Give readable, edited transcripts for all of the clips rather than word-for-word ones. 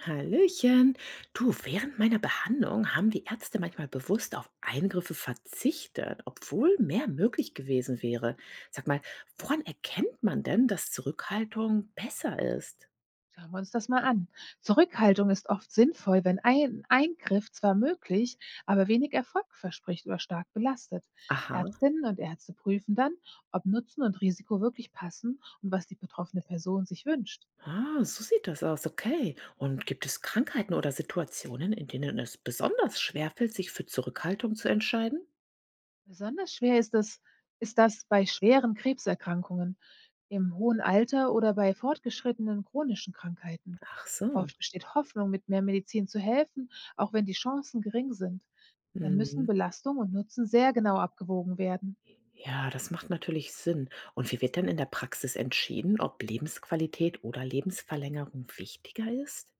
Hallöchen. Du, während meiner Behandlung haben die Ärzte manchmal bewusst auf Eingriffe verzichtet, obwohl mehr möglich gewesen wäre. Sag mal, woran erkennt man denn, dass Zurückhaltung besser ist? Schauen wir uns das mal an. Zurückhaltung ist oft sinnvoll, wenn ein Eingriff zwar möglich, aber wenig Erfolg verspricht oder stark belastet. Aha, Ärztinnen und Ärzte prüfen dann, ob Nutzen und Risiko wirklich passen und was die betroffene Person sich wünscht. ah, so sieht das aus, okay. Und gibt es Krankheiten oder Situationen, in denen es besonders schwerfällt, sich für Zurückhaltung zu entscheiden? Besonders schwer ist das bei schweren Krebserkrankungen, im hohen Alter oder bei fortgeschrittenen chronischen Krankheiten. Ach so. Oft besteht Hoffnung, mit mehr Medizin zu helfen, auch wenn die Chancen gering sind. Dann müssen Mhm. Belastung und Nutzen sehr genau abgewogen werden. Ja, das macht natürlich Sinn. Und wie wird denn in der Praxis entschieden, ob Lebensqualität oder Lebensverlängerung wichtiger ist?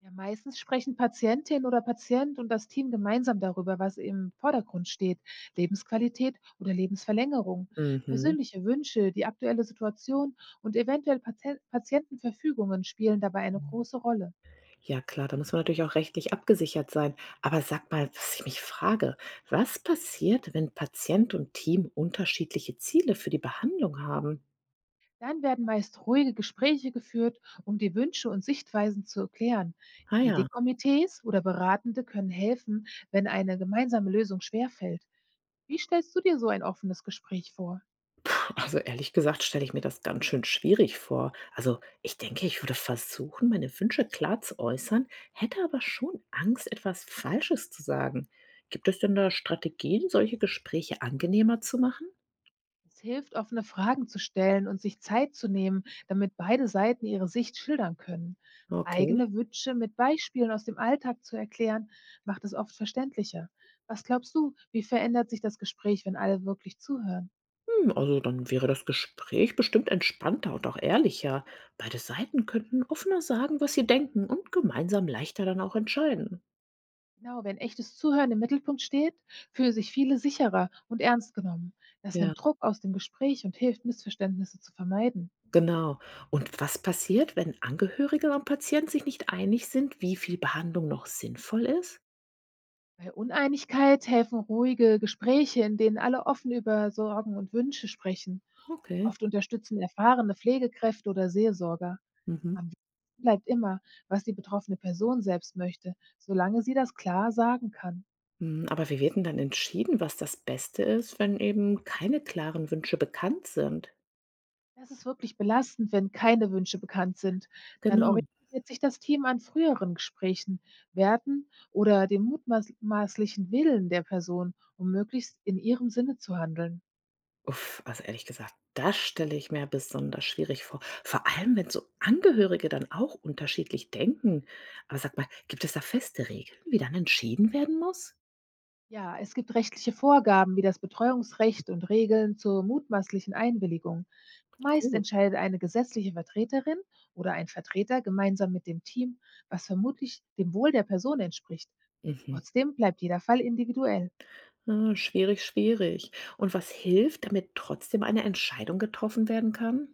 Ja, meistens sprechen Patientin oder Patient und das Team gemeinsam darüber, was im Vordergrund steht. Lebensqualität oder Lebensverlängerung, Mhm. persönliche Wünsche, die aktuelle Situation und eventuell Patientenverfügungen spielen dabei eine große Rolle. Ja, klar, da muss man natürlich auch rechtlich abgesichert sein. Aber sag mal, was ich mich frage, was passiert, wenn Patient und Team unterschiedliche Ziele für die Behandlung haben? Dann werden meist ruhige Gespräche geführt, um die Wünsche und Sichtweisen zu erklären. Ah ja. Ethikkomitees oder Beratende können helfen, wenn eine gemeinsame Lösung schwerfällt. Wie stellst du dir so ein offenes Gespräch vor? Also, ehrlich gesagt stelle ich mir das ganz schön schwierig vor. Also, ich denke, ich würde versuchen, meine Wünsche klar zu äußern, hätte aber schon Angst, etwas Falsches zu sagen. Gibt es denn da Strategien, solche Gespräche angenehmer zu machen? Es hilft, offene Fragen zu stellen und sich Zeit zu nehmen, damit beide Seiten ihre Sicht schildern können. Okay. Eigene Wünsche mit Beispielen aus dem Alltag zu erklären, macht es oft verständlicher. Was glaubst du, wie verändert sich das Gespräch, wenn alle wirklich zuhören? Hm, also, dann wäre das Gespräch bestimmt entspannter und auch ehrlicher. Beide Seiten könnten offener sagen, was sie denken und gemeinsam leichter dann auch entscheiden. Genau, wenn echtes Zuhören im Mittelpunkt steht, fühlen sich viele sicherer und ernst genommen. Das Ja. nimmt Druck aus dem Gespräch und hilft, Missverständnisse zu vermeiden. Genau. Und was passiert, wenn Angehörige und Patient sich nicht einig sind, wie viel Behandlung noch sinnvoll ist? Bei Uneinigkeit helfen ruhige Gespräche, in denen alle offen über Sorgen und Wünsche sprechen. Okay. Oft unterstützen erfahrene Pflegekräfte oder Seelsorger. Mhm. Am wichtigsten bleibt immer, was die betroffene Person selbst möchte, solange sie das klar sagen kann. Hm, aber wie wird denn dann entschieden, was das Beste ist, wenn eben keine klaren Wünsche bekannt sind? Das ist wirklich belastend, wenn keine Wünsche bekannt sind. Dann Genau. orientiert sich das Team an früheren Gesprächen, Werten oder dem mutmaßlichen Willen der Person, um möglichst in ihrem Sinne zu handeln. Uff, also ehrlich gesagt, das stelle ich mir besonders schwierig vor. Vor allem, wenn so Angehörige dann auch unterschiedlich denken. Aber sag mal, gibt es da feste Regeln, wie dann entschieden werden muss? Ja, es gibt rechtliche Vorgaben wie das Betreuungsrecht und Regeln zur mutmaßlichen Einwilligung. Meist Gut. entscheidet eine gesetzliche Vertreterin oder ein Vertreter gemeinsam mit dem Team, was vermutlich dem Wohl der Person entspricht. Mhm. Trotzdem bleibt jeder Fall individuell. Ah, schwierig, schwierig. Und was hilft, damit trotzdem eine Entscheidung getroffen werden kann?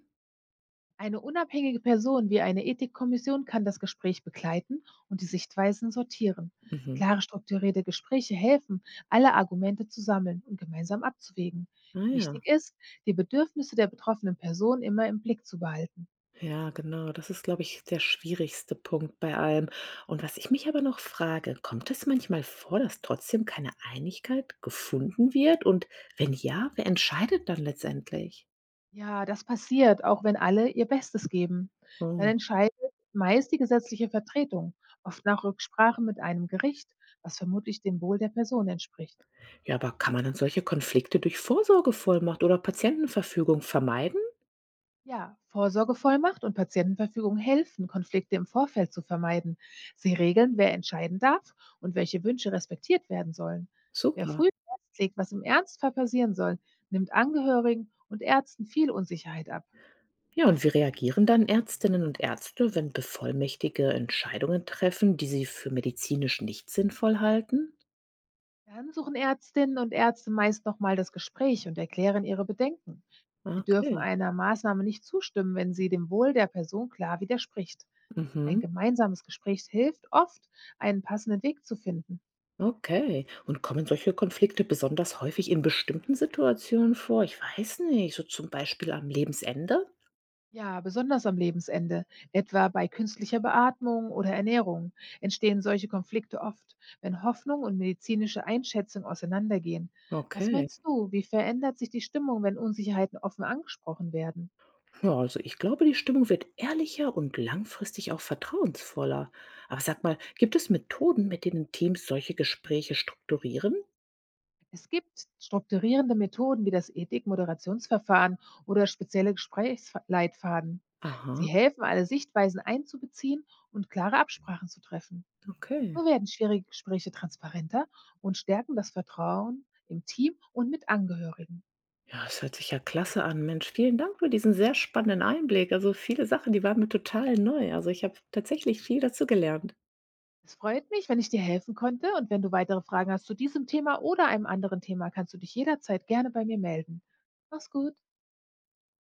Eine unabhängige Person wie eine Ethikkommission kann das Gespräch begleiten und die Sichtweisen sortieren. Mhm. Klare, strukturierte Gespräche helfen, alle Argumente zu sammeln und gemeinsam abzuwägen. Ah ja. Wichtig ist, die Bedürfnisse der betroffenen Person immer im Blick zu behalten. Ja, genau. Das ist, glaube ich, der schwierigste Punkt bei allem. Und was ich mich aber noch frage, kommt es manchmal vor, dass trotzdem keine Einigkeit gefunden wird? Und wenn ja, wer entscheidet dann letztendlich? Ja, das passiert, auch wenn alle ihr Bestes geben. Dann Oh. entscheidet meist die gesetzliche Vertretung, oft nach Rücksprache mit einem Gericht, was vermutlich dem Wohl der Person entspricht. Ja, aber kann man dann solche Konflikte durch Vorsorgevollmacht oder Patientenverfügung vermeiden? Ja, Vorsorgevollmacht und Patientenverfügung helfen, Konflikte im Vorfeld zu vermeiden. Sie regeln, wer entscheiden darf und welche Wünsche respektiert werden sollen. Wer Super. früh festlegt, was im Ernstfall passieren soll, nimmt Angehörigen und Ärzten viel Unsicherheit ab. Ja, und wie reagieren dann Ärztinnen und Ärzte, wenn Bevollmächtigte Entscheidungen treffen, die sie für medizinisch nicht sinnvoll halten? Dann suchen Ärztinnen und Ärzte meist nochmal das Gespräch und erklären ihre Bedenken. Sie dürfen Okay. einer Maßnahme nicht zustimmen, wenn sie dem Wohl der Person klar widerspricht. Ein Mhm. gemeinsames Gespräch hilft oft, einen passenden Weg zu finden. Okay. Und kommen solche Konflikte besonders häufig in bestimmten Situationen vor? Ich weiß nicht, so zum Beispiel am Lebensende? Ja, besonders am Lebensende, etwa bei künstlicher Beatmung oder Ernährung, entstehen solche Konflikte oft, wenn Hoffnung und medizinische Einschätzung auseinandergehen. Was Okay. meinst du, wie verändert sich die Stimmung, wenn Unsicherheiten offen angesprochen werden? Ja, also ich glaube, die Stimmung wird ehrlicher und langfristig auch vertrauensvoller. Aber sag mal, gibt es Methoden, mit denen Teams solche Gespräche strukturieren? Es gibt strukturierende Methoden wie das Ethikmoderationsverfahren oder spezielle Gesprächsleitfaden. Sie Aha, helfen, alle Sichtweisen einzubeziehen und klare Absprachen zu treffen. okay. So werden schwierige Gespräche transparenter und stärken das Vertrauen im Team und mit Angehörigen. Ja, es hört sich ja klasse an. Mensch, vielen Dank für diesen sehr spannenden Einblick. Also viele Sachen, die waren mir total neu. Also ich habe tatsächlich viel dazu gelernt. Es freut mich, wenn ich dir helfen konnte, und wenn du weitere Fragen hast zu diesem Thema oder einem anderen Thema, kannst du dich jederzeit gerne bei mir melden. Mach's gut.